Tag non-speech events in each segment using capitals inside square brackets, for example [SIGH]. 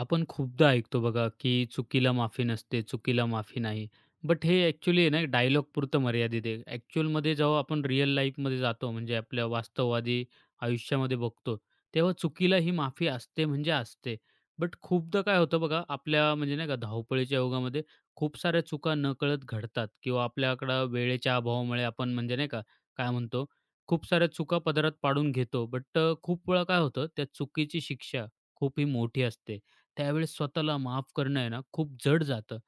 आपण खूपदा ऐकतो बघा, की चुकीला माफी नसते, चुकीला माफी नाही. बट हे ॲक्चुअली आहे ना डायलॉग पुरतं मर्यादित आहे. ॲक्चुअलमध्ये जेव्हा आपण रिअल लाईफमध्ये जातो म्हणजे आपल्या वास्तववादी आयुष्यामध्ये बघतो, तेव्हा चुकीला ही माफी असते म्हणजे असते. बट खूपदा काय होतं बघा, आपल्या म्हणजे नाही का धावपळीच्या युगामध्ये खूप साऱ्या चुका नकळत घडतात किंवा आपल्याकडं वेळेच्या अभावामुळे आपण म्हणजे नाही का, काय म्हणतो, खूप साऱ्या चुका पदरात पाडून घेतो. बट खूप वेळा काय होतं, त्या चुकीची शिक्षा खूप ही मोठी असते. त्यावेळेस स्वतःला माफ करणं आहे ना, खूप जड जातं.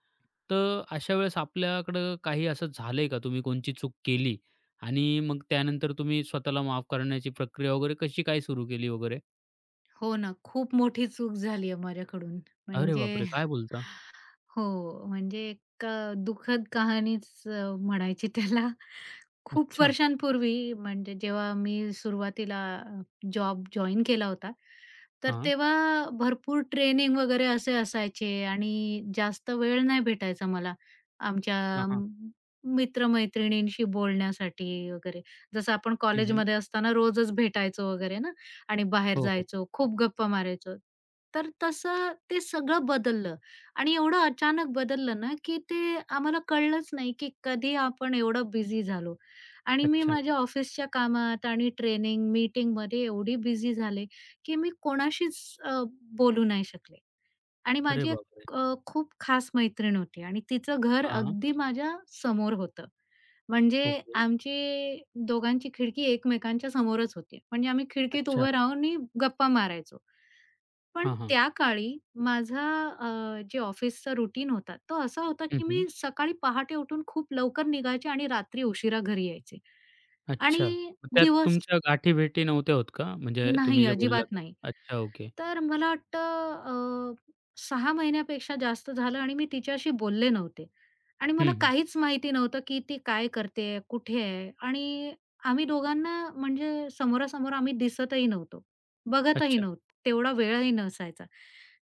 तर अशा वेळेस आपल्याकडं काही असं झालंय का, तुम्ही कोणची चूक केली आणि मग त्यानंतर तुम्ही स्वतःला माफ करण्याची प्रक्रिया वगैरे कशी काय सुरू केली वगैरे? हो ना, खूप मोठी चूक झाली आहे माझ्याकडून. अरे म्हणजे बापरे! काय [LAUGHS] बोलता? हो, म्हणजे एक दुःखद कहाणीच म्हणायची त्याला. खूप अच्छा. वर्षांपूर्वी म्हणजे जेव्हा मी सुरुवातीला जॉब जॉइन केला होता, तर हां. तेव्हा भरपूर ट्रेनिंग वगैरे असे असायचे आणि जास्त वेळ नाही भेटायचा मला आमच्या हां, हां. म मित्र बोलण्यासाठी वगैरे. जसं आपण हं, हं. कॉलेजमध्ये असताना रोजच भेटायचो वगैरे ना आणि बाहेर हो, हो. जायचो, खूप गप्पा मारायचो. तर तसं ते सगळं बदललं. आणि एवढं अचानक बदललं ना, की ते आम्हाला कळलंच नाही, की कधी आपण एवढं बिझी झालो. आणि मी अच्छा. माझ्या ऑफिसच्या कामात आणि ट्रेनिंग, मीटिंगमध्ये एवढी बिझी झाले, की मी कोणाशीच अ, बोलू नाही शकले. आणि अरे माझी एक बापरे! खूप खास मैत्रीण होती आणि तिचं घर हां. अगदी माझ्या समोर होतं. म्हणजे ओके. आमची दोघांची खिडकी एकमेकांच्या समोरच होती. म्हणजे आम्ही खिडकीत अच्छा. उभं राहूनही गप्पा मारायचो. पण हां, हां. त्या काळी माझा अ, जे ऑफिसचा रुटीन होता, तो असा होता, हं, की हं. मी सकाळी पहाटे उठून खूप लवकर निघायचे आणि रात्री उशिरा घरी यायचे. अच्छा. आणि मग त्यात दिवस तुमच्या गाठी-भेटी नव्हत्या होत का? म्हणजे तुम्ही नाही, जे बोललात? अजिबात नाही. अच्छा, ओके. तर मला वाटतं अ, 6 महिन्यापेक्षा जास्त झालं आणि मी तिच्याशी बोलले नव्हते आणि हं, मला हं. काहीच माहिती नव्हतं, की ती काय करतेय? कुठे आहे? आणि आम्ही दोघांना म्हणजे समोरासमोर आम्ही दिसतही नव्हतो, बघतही अच्छा. नव्हतो. तेवढा वेळही नसायचा.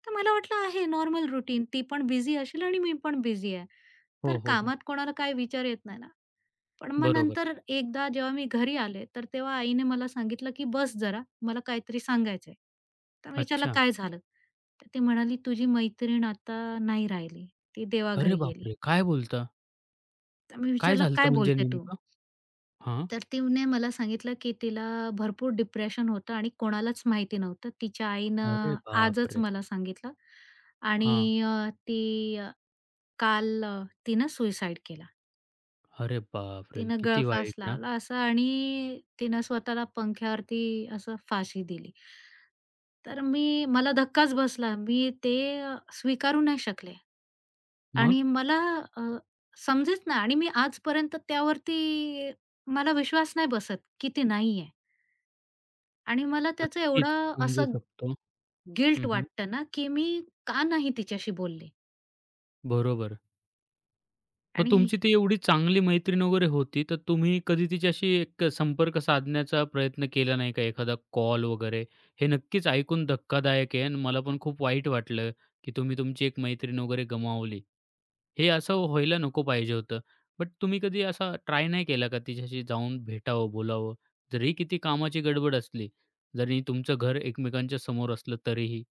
तर मला वाटलं आहे नॉर्मल रूटीन. ती पण बिझी असेल आणि मी पण बिझी आहे. हो, तर हो, हो. कामात कोणाला काही विचार येत नाही ना. पण मग बरोबर. नंतर एकदा जेव्हा मी घरी आले, तर तेव्हा आईने मला सांगितलं, की "बस जरा, मला काहीतरी सांगायचंय." तर मी विचारलं, अच्छा. "काय झालं?" तर ती म्हणाली, "तुझी मैत्रीण आता नाही राहिली. ती अरे देवाघरी गेली." बापरे! काय बोलता? तर मी काय विचारलं, झालं होतं "काय म्हणजे बोलते तू?" नेमकं? हां. तर तिने मला सांगितलं, की तिला भरपूर डिप्रेशन होतं आणि कोणालाच माहिती नव्हतं. तिच्या अरे आईनं आजच बापरे! मला सांगितलं हां. आणि ती काल तिनं सुसाईड केला. अरे बापरे! तिनं किती गळफास वाईट ना. लावला असा आणि तिनं स्वतःला पंख्यावरती असं फाशी दिली. तर मी मला धक्काच बसला. मी ते स्वीकारू नाही शकले मग? आणि मला अ, समजेच ना आणि मी आजपर्यंत त्यावरती मला विश्वास नाही बसत, की ते नाहीये आणि मला त्याचं नक्कीच एवढं समजू असं शकतो. गिल्ट हं, हं. वाटतं ना, की मी का नाही तिच्याशी बोलले बरोबर. मग आणि तुमची ती एवढी चांगली मैत्रीण वगैरे होती, तर तुम्ही कधी तिच्याशी एक संपर्क साधण्याचा प्रयत्न केला नाही का? एखादा कॉल वगैरे? हे नक्कीच ऐकून धक्कादायक आहे आणि मला पण खूप वाईट वाटलं, की तुम्ही तुमची एक मैत्रीण वगैरे गमावली. हे असं व्हायला नको पाहिजे होतं. बट तुम्ही कधी असा ट्राय नाही केला का तिच्याशी जाऊन भेटावं, बोलावं? जरी किती कामाची गडबड असली, जरी तुमचं घर एकमेकांच्या समोर असलं तरीही?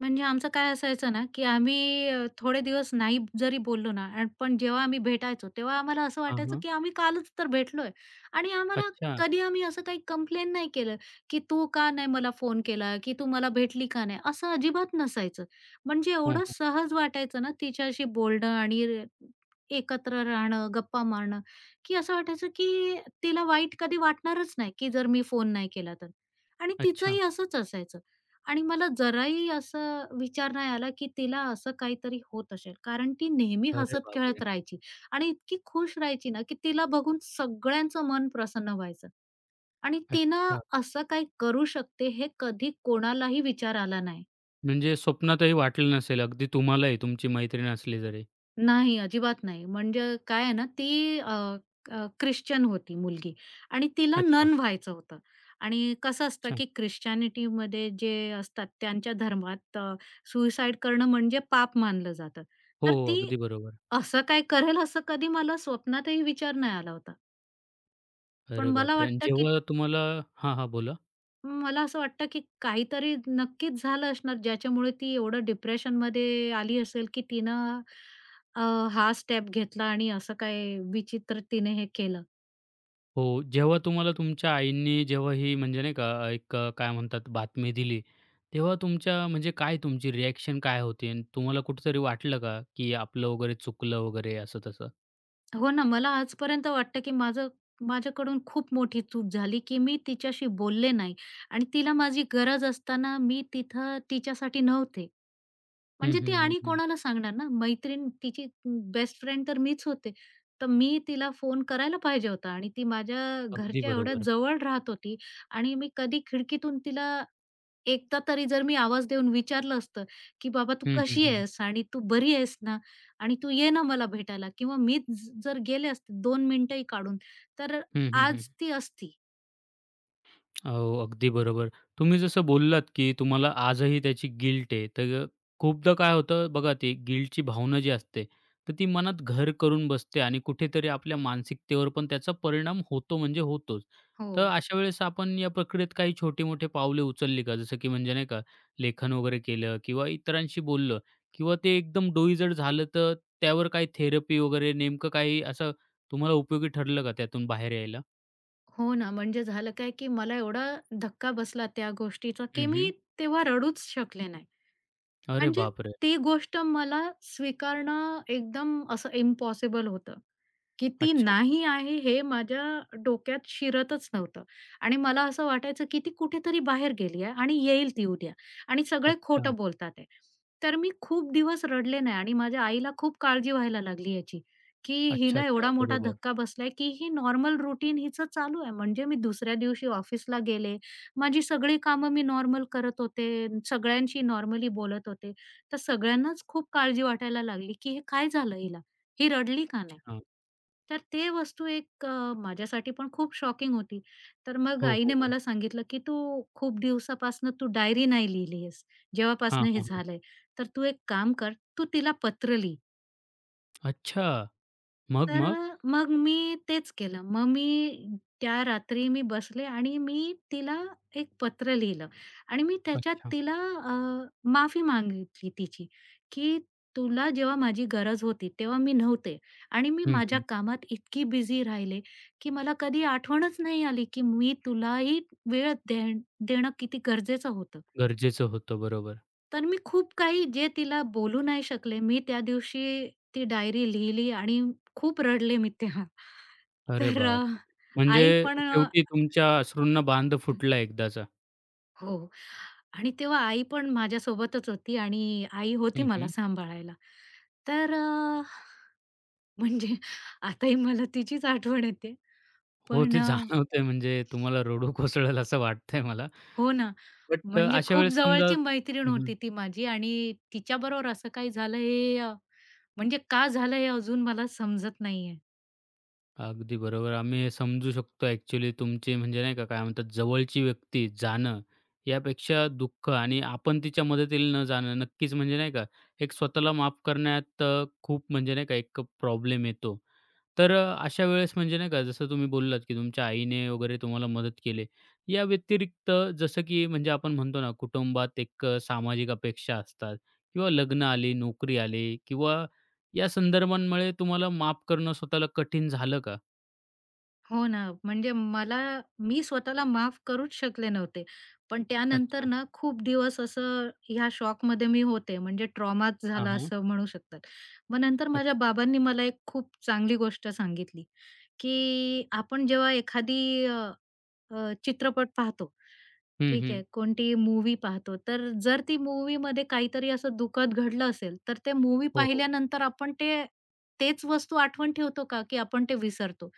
म्हणजे आमचं काय असायचं ना, की आम्ही थोडे दिवस नाही जरी बोललो ना, पण जेव्हा आम्ही भेटायचो, तेव्हा आम्हाला असं हां, वाटायचं, हां. की आम्ही कालच तर भेटलोय आणि आम्हाला अच्छा. कधी आम्ही असं काही कंप्लेन नाही केलं, की तू का नाही मला फोन केला, की तू मला भेटली का नाही, असं अजिबात नसायचं. म्हणजे हो, एवढं हो. सहज वाटायचं ना तिच्याशी बोलणं आणि एकत्र राहणं, गप्पा मारणं, की असं वाटायचं, की तिला वाईट कधी वाटणारच नाही, की जर मी फोन नाही केला तर. आणि अच्छा. तिचंही असंच असायचं. आणि मला जराही असं विचार नाही आला, की तिला असं काहीतरी होत असेल. कारण ती नेहमी अरे बापरे! हसत-खेळत राहायची आणि इतकी खुश राहायची ना, की तिला बघून सगळ्यांचं मन प्रसन्न व्हायचं आणि तिनं अच्छा. असं काही करू शकते हे कधी कोणालाही विचार आला नाही. म्हणजे स्वप्नातही वाटलं नसेल अगदी तुम्हालाही तुमची मैत्रीण असली तरी? नाही, अजिबात नाही. म्हणजे काय आहे ना, ती अ, अ, ख्रिश्चन होती मुलगी आणि तिला अच्छा, नन व्हायचं होतं. आणि कसं असतं, अच्छा. की ख्रिश्चॅनिटीमध्ये जे असतात त्यांच्या धर्मात सुसाईड करणं म्हणजे पाप मानलं जातं. हो, तर हो. ती अगदी बरोबर. असं काय करेल, असं कधी मला स्वप्नातही विचार नाही आला होता. पण अरे मला बापरे! आणि वाटतं, की जेव्हा तुम्हाला हां, हां. बोला. मला असं वाटतं, की काहीतरी नक्कीच झालं असणार, ज्याच्यामुळे ती एवढं डिप्रेशनमध्ये आली असेल, की तिनं अ, हा स्टेप घेतला आणि असं काय विचित्र तिने हे केलं. हो, जेव्हा तुम्हाला तुमच्या आईंनी जेव्हा ही म्हणजे नाही का एक काय म्हणतात बातमी दिली, तेव्हा तुमच्या म्हणजे काय तुमची रिएक्शन काय होती? आणि तुम्हाला कुठेतरी वाटलं का, की आपलं वगैरे चुकलं वगैरे असं तसं? हो ना, मला आजपर्यंत वाटतं, की माझं माझ्याकडून खूप मोठी चूक झाली, की मी तिच्याशी बोलले नाही आणि तिला माझी गरज असताना मी तिथं तिच्यासाठी नव्हते. हं, म्हणजे ती हं, हं, आणि हं. कोणाला सांगणार ना, मैत्रीण तिची बेस्ट फ्रेंड तर मीच होते. तर मी तिला फोन करायला पाहिजे होता आणि ती माझ्या अगदी घरच्या एवढ्या बरोबर. जवळ राहत होती आणि मी कधी खिडकीतून तिला एकदा तरी जर मी आवाज देऊन विचारलं असतं, की "बाबा तू हं, हं, कशी हं. आहेस? आणि तू बरी आहेस ना? आणि तू ये ना मला भेटायला." किंवा मीच जर गेले असते 2 मिनिटंही काढून, तर हं, हं, हं. आज ती असती. हो, अगदी बरोबर. तुम्ही जसं बोललात, की तुम्हाला आजही त्याची गिल्ट आहे. तर खूपदा काय होतं बघा, ती गिल्टची भावना जी असते, तर ती मनात घर करून बसते आणि कुठेतरी आपल्या मानसिकतेवर पण त्याचा परिणाम होतो म्हणजे होतोच. तर हो. अशा वेळेस आपण या प्रक्रियेत काही छोटी-मोठी पावले उचलली का? जसं की म्हणजे नाही का, लेखन वगैरे केलं किंवा इतरांशी बोललं किंवा ते एकदम डोई जर झालं, तर त्यावर काही थेरपी वगैरे नेमकं काही असं तुम्हाला उपयोगी ठरलं का त्यातून बाहेर यायला? हो ना, म्हणजे झालं काय, की मला एवढा धक्का बसला त्या गोष्टीचा, की हं, हं. मी तेव्हा रडूच शकले नाही. अरे म्हणजे बापरे! ती गोष्ट मला स्वीकारणं एकदम असं इम्पॉसिबल होतं. किती अच्छा. नाही आहे हे माझ्या डोक्यात शिरतच नव्हतं आणि मला असं वाटायचं की ती कुठेतरी बाहेर गेली आहे आणि येईल ती उद्या आणि सगळे अच्छा. खोटं बोलतात आहे. तर मी खूप दिवस रडले नाही आणि माझ्या आईला खूप काळजी व्हायला लागली याची, की अच्छा, हिला अच्छा. एवढा मोठा बरोबर. धक्का बसलाय की ही नॉर्मल रूटीन हिचं चालू आहे. म्हणजे मी दुसऱ्या दिवशी ऑफिसला गेले, माझी सगळी कामं मी नॉर्मल करत होते, सगळ्यांशी नॉर्मली बोलत होते. तर सगळ्यांनाच खूप काळजी वाटायला लागली की हे काय झालं हिला? ही रडली का नाही? हां. तर ते वस्तू एक माझ्यासाठी पण खूप शॉकिंग होती. तर मग हो, हो, आईने हो. मला सांगितलं, की "तू खूप दिवसापासनं डायरी नाही लिहिली आहेस, हां, जेव्हापासनं हे हां, हां. झालंय. तर तू एक काम कर, तू तिला पत्र लिही." अच्छा. मग, तर मग? मग मी तेच केलं. मग त्या रात्री मी बसले आणि मी तिला एक पत्र लिहिलं आणि मी त्याच्यात अच्छा. तिला माफी मागितली तिची, की तुला जेव्हा माझी गरज होती तेव्हा मी नव्हते आणि मी हं, माझ्या हं. कामात इतकी बिझी राहिले, की मला कधी आठवणच नाही आली, की मी तुलाही वेळ दे देणं किती गरजेचं होतं. गरजेचं होतं. बरोबर. तर मी खूप काही जे तिला बोलू नाही शकले, मी त्या दिवशी ती डायरी लिहिली आणि खूप रडले मी तेव्हा. अरे तर बापरे! म्हणजे आई पण शेवटी तुमच्या अश्रूंना बांध फुटला एकदाचा. हो. आणि तेव्हा आई पण माझ्यासोबतच होती आणि आई होती हं, मला हं. सांभाळायला. तर म्हणजे आताही मला तिचीच आठवण येते. हो, पण ते जाणवतंय म्हणजे तुम्हाला रडू कोसळेल असं वाटतंय मला. हो ना, बट म्हणजे अशा खूप वेळेस समजा जवळची मैत्रीण हं, हं. होती ती माझी आणि तिच्याबरोबर असं काही झालं हे, म्हणजे का झालं हे अजून मला समजत नाहीये. अगदी बरोबर. आम्ही हे समजू शकतो ॲक्चुअली तुमची म्हणजे नाही का, काय म्हणतात जवळची व्यक्ती जाणं यापेक्षा दुःख आणि आपण तिच्या मदतीला न जाणं नक्कीच म्हणजे नाही का, एक स्वतःला माफ करण्यात खूप म्हणजे नाही का एक प्रॉब्लेम येतो. तर अशा वेळेस म्हणजे नाही का जसं तुम्ही बोललात, की तुमच्या आईने वगैरे तुम्हाला मदत केली. या व्यतिरिक्त जसं की म्हणजे आपण म्हणतो ना, कुटुंबात एक सामाजिक अपेक्षा असतात किंवा लग्न आली, नोकरी आली किंवा या संदर्भांमुळे तुम्हाला माफ करणं स्वतःला कठीण झालं का? हो ना, म्हणजे मला मी स्वतःला माफ करूच शकले नव्हते. पण त्यानंतर अच्छा. ना खूप दिवस असं ह्या शॉकमध्ये मी होते, म्हणजे ट्रॉमाच हां, झाला हां. असं म्हणू शकतात. मग नंतर माझ्या अच्छा. बाबांनी मला एक खूप चांगली गोष्ट सांगितली, की आपण जेव्हा एखादी अ, अ, चित्रपट पाहतो हं, ठीक हं. आहे. कोणतीही मूव्ही पाहतो, तर जर ती मूव्हीमध्ये काहीतरी असं दुःखद घडलं असेल, तर ते मूव्ही हो, हो. पाहिल्यानंतर आपण ते तेच वस्तू आठवण ठेवतो का, की आपण ते विसरतो?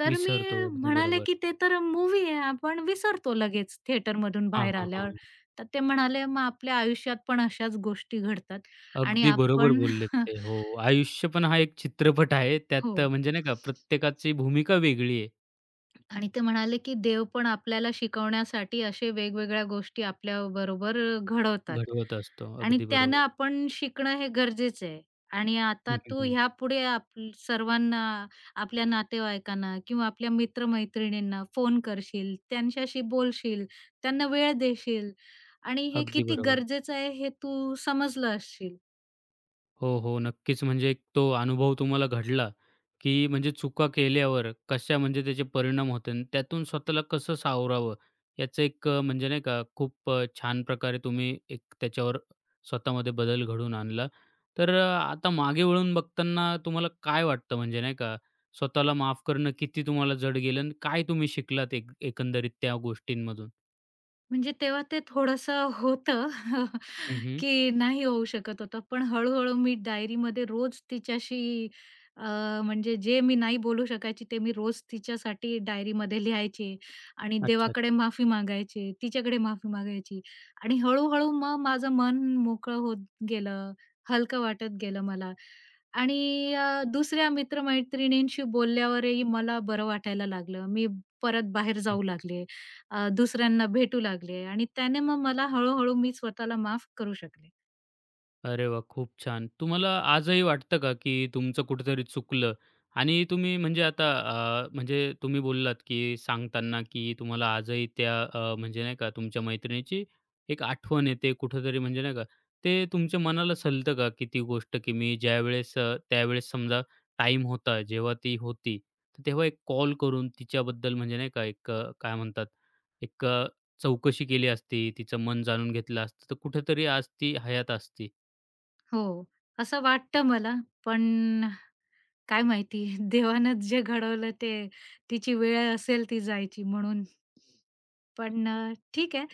तर मी विसरतो. अगदी म्हणाले, बरोबर. की "ते तर मूव्ही आहे, आपण विसरतो लगेच थिएटरमधून हां, बाहेर हां, आल्यावर." हां. तर ते म्हणाले, "मग आपल्या आयुष्यात पण अशाच गोष्टी घडतात आणि अगदी बरोबर आपण" बोललेत [LAUGHS] ते. हो. आयुष्य पण हा एक चित्रपट आहे. हो. त्यात म्हणजे नाही का प्रत्येकाची भूमिका वेगळी आहे. आणि ते म्हणाले, की देव पण आपल्याला शिकवण्यासाठी असे वेगवेगळ्या गोष्टी आपल्या घडवतात घडवत असतो. आणि अगदी त्यानं बरोबर. आपण शिकणं हे गरजेचं आहे. आणि हं, आता हं, तू हं. ह्यापुढे सर्वांना, आपल्या नातेवाईकांना किंवा आपल्या मित्र फोन करशील, त्यांच्याशी बोलशील, त्यांना वेळ देशील आणि हे अगदी किती बरोबर. गरजेचं आहे हे तू समजलं असशील. हो, हो. नक्कीच. म्हणजे एक तो अनुभव तुम्हाला घडला, की म्हणजे चुका केल्यावर कशा म्हणजे त्याचे परिणाम होते आणि त्यातून स्वतःला कसं सावरावं याचं एक म्हणजे नाही का खूप छान प्रकारे तुम्ही एक त्याच्यावर स्वतःमध्ये बदल घडवून आणला. तर आता मागे वळून बघताना तुम्हाला काय वाटतं म्हणजे नाही का स्वतःला माफ करणं किती तुम्हाला जड गेलं आणि काय तुम्ही शिकलात एक एकंदरीत त्या गोष्टींमधून? म्हणजे तेव्हा ते थोडंसं होतं [LAUGHS] हं, हं. की नाही होऊ शकत होतं. पण हळू-हळू मी डायरीमध्ये रोज तिच्याशी म्हणजे जे मी नाही बोलू शकायची ते मी रोज तिच्यासाठी डायरीमध्ये लिहायची आणि अच्छा, अच्छा. देवाकडे माफी मागायची, तिच्याकडे माफी मागायची आणि हळू-हळू मग माझं मन मोकळं होत गेलं, हलकं वाटत गेलं मला आणि दुसऱ्या मित्र बोलल्यावरही मला बरं वाटायला लागलं. मी परत बाहेर जाऊ लागले. दुसऱ्यांना भेटू लागले आणि त्याने मग मला हळू-हळू मी स्वतःला माफ करू शकले. अरे वाह! खूप छान. तुम्हाला आजही वाटतं का, की तुमचं कुठेतरी चुकलं आणि तुम्ही म्हणजे आता म्हणजे तुम्ही बोललात, की सांगताना, की तुम्हाला आजही त्या म्हणजे नाही का तुमच्या मैत्रिणीची एक आठवण येते कुठेतरी म्हणजे नाही का, ते तुमच्या मनाला सलतं का, की ती गोष्ट, की मी ज्यावेळेस त्यावेळेस समजा टाईम होता, जेव्हा ती होती, तर तेव्हा एक कॉल करून तिच्याबद्दल म्हणजे नाही का एक काय म्हणतात, एक चौकशी केली असती, तिचं मन जाणून घेतलं असतं, तर कुठेतरी आज ती हयात असती? हो, असं वाटतं मला, पण काय माहिती [LAUGHS] देवानं जे घडवलं ते तिची वेळ असेल ती जायची म्हणून. पण ठीक आहे.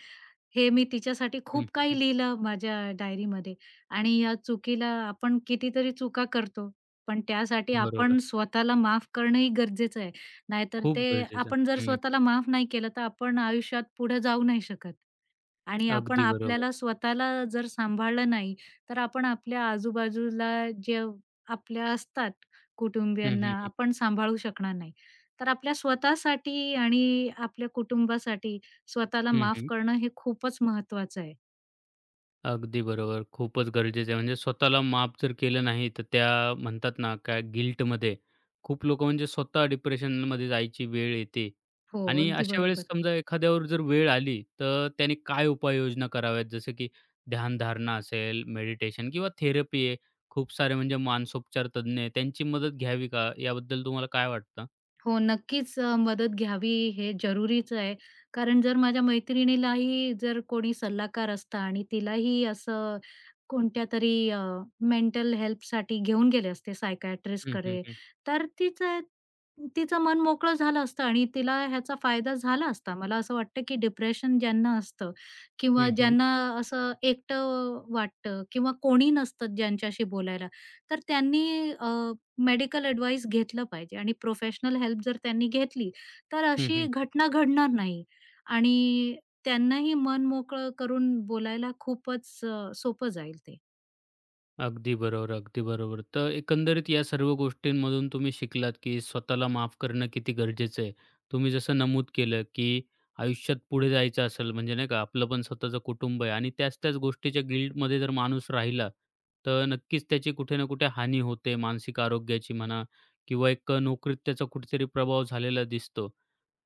हे मी तिच्यासाठी हं, खूप हं, हं. काही लिहिलं माझ्या डायरीमध्ये आणि या चुकीला आपण कितीतरी चुका करतो, पण त्यासाठी आपण बरोबर. स्वतःला माफ करणंही गरजेचं आहे. नाहीतर खूप ते गरजेचं. आपण जर हं, हं. स्वतःला माफ नाही केलं तर आपण आयुष्यात पुढे जाऊ नाही शकत. आणि आपण अगदी बरोबर. आपल्याला स्वतःला जर सांभाळलं नाही, तर आपण आपल्या आजूबाजूला जे आपल्या असतात हं, कुटुंबियांना, हं, हं. आपण सांभाळू शकणार नाही. तर आपल्या स्वतःसाठी आणि आपल्या कुटुंबासाठी स्वतःला हं, माफ हं. करणं हे खूपच महत्वाचं आहे. अगदी बरोबर. खूपच गरजेचं आहे. म्हणजे स्वतःला माफ जर केलं नाही, तर त्या म्हणतात ना, काय गिल्टमध्ये खूप लोकं म्हणजे स्वतः डिप्रेशनमध्ये जायची वेळ येते. हो, आणि अगदी अशा वेळेस बरोबर. समजा एखाद्यावर जर वेळ आली, तर त्याने काय उपाययोजना कराव्यात? जसं की ध्यानधारणा असेल, मेडिटेशन किंवा थेरपी आहे. खूप सारे म्हणजे मानसोपचार तज्ञ आहेत. त्यांची मदत घ्यावी का? याबद्दल तुम्हाला काय वाटतं? हो, नक्कीच मदत घ्यावी हे जरुरीच आहे. कारण जर माझ्या मैत्रिणीलाही जर कोणी सल्लागार असता आणि तिलाही असं कोणत्यातरी तरी मेंटल हेल्पसाठी घेऊन गेले असते हं, हं, सायकायट्रिस्टकडे, हं. तर तिचं तिचं मन मोकळं झालं असतं आणि तिला ह्याचा फायदा झाला असता. मला असं वाटतं, की डिप्रेशन ज्यांना असतं किंवा हं, हं. ज्यांना असं एकटं वाटतं किंवा कोणी नसतं ज्यांच्याशी बोलायला, तर त्यांनी मेडिकल एडवाईस घेतलं पाहिजे आणि प्रोफेशनल हेल्प जर त्यांनी घेतली, तर हं, अशी हं. घटना घडणार नाही आणि त्यांनाही मन मोकळं करून बोलायला खूपच सोपं जाईल ते. अगदी बरोबर, अगदी बरोबर. तर एकंदरीत या सर्व गोष्टींमधून तुम्ही शिकलात, की स्वतःला माफ करणं किती गरजेचं आहे. तुम्ही जसं नमूद केलं, की आयुष्यात पुढे जायचं असेल म्हणजे नाही का आपलं पण स्वतःचं कुटुंब आहे आणि त्याच-त्याच गोष्टीच्या गिल्टमध्ये जर माणूस राहिला, तर नक्कीच त्याची कुठे ना कुठे हानी होते. मानसिक आरोग्याची म्हणा किंवा एक नोकरीत त्याचा कुठेतरी प्रभाव झालेला दिसतो.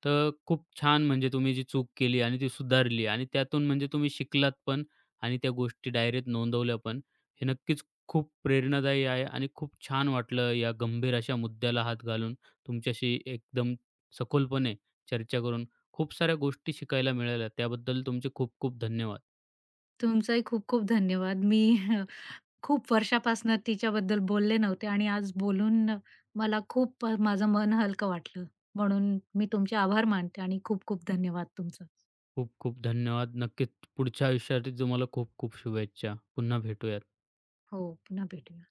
तर खूप छान म्हणजे तुम्ही जी चूक केली आणि ती सुधारली आणि त्यातून म्हणजे तुम्ही शिकलात पण आणि त्या गोष्टी डायरीत नोंदवल्या पण. हे नक्कीच खूप प्रेरणादायी आहे आणि खूप छान वाटलं या गंभीर अशा मुद्द्याला हात घालून तुमच्याशी एकदम सखोलपणे चर्चा करून खूप साऱ्या गोष्टी शिकायला मिळाल्या. त्याबद्दल तुमचे खूप खूप धन्यवाद. तुमचाही खूप खूप धन्यवाद. मी [LAUGHS] खूप वर्षापासनं तिच्याबद्दल बोलले नव्हते आणि आज बोलून मला खूप माझं मन हलकं वाटलं. म्हणून मी तुमचे आभार मानते आणि खूप खूप धन्यवाद तुमचं. खूप खूप धन्यवाद. नक्कीच पुढच्या आयुष्यासाठी तुम्हाला खूप खूप शुभेच्छा. पुन्हा भेटूयात. हो, पुन्हा भेटूया.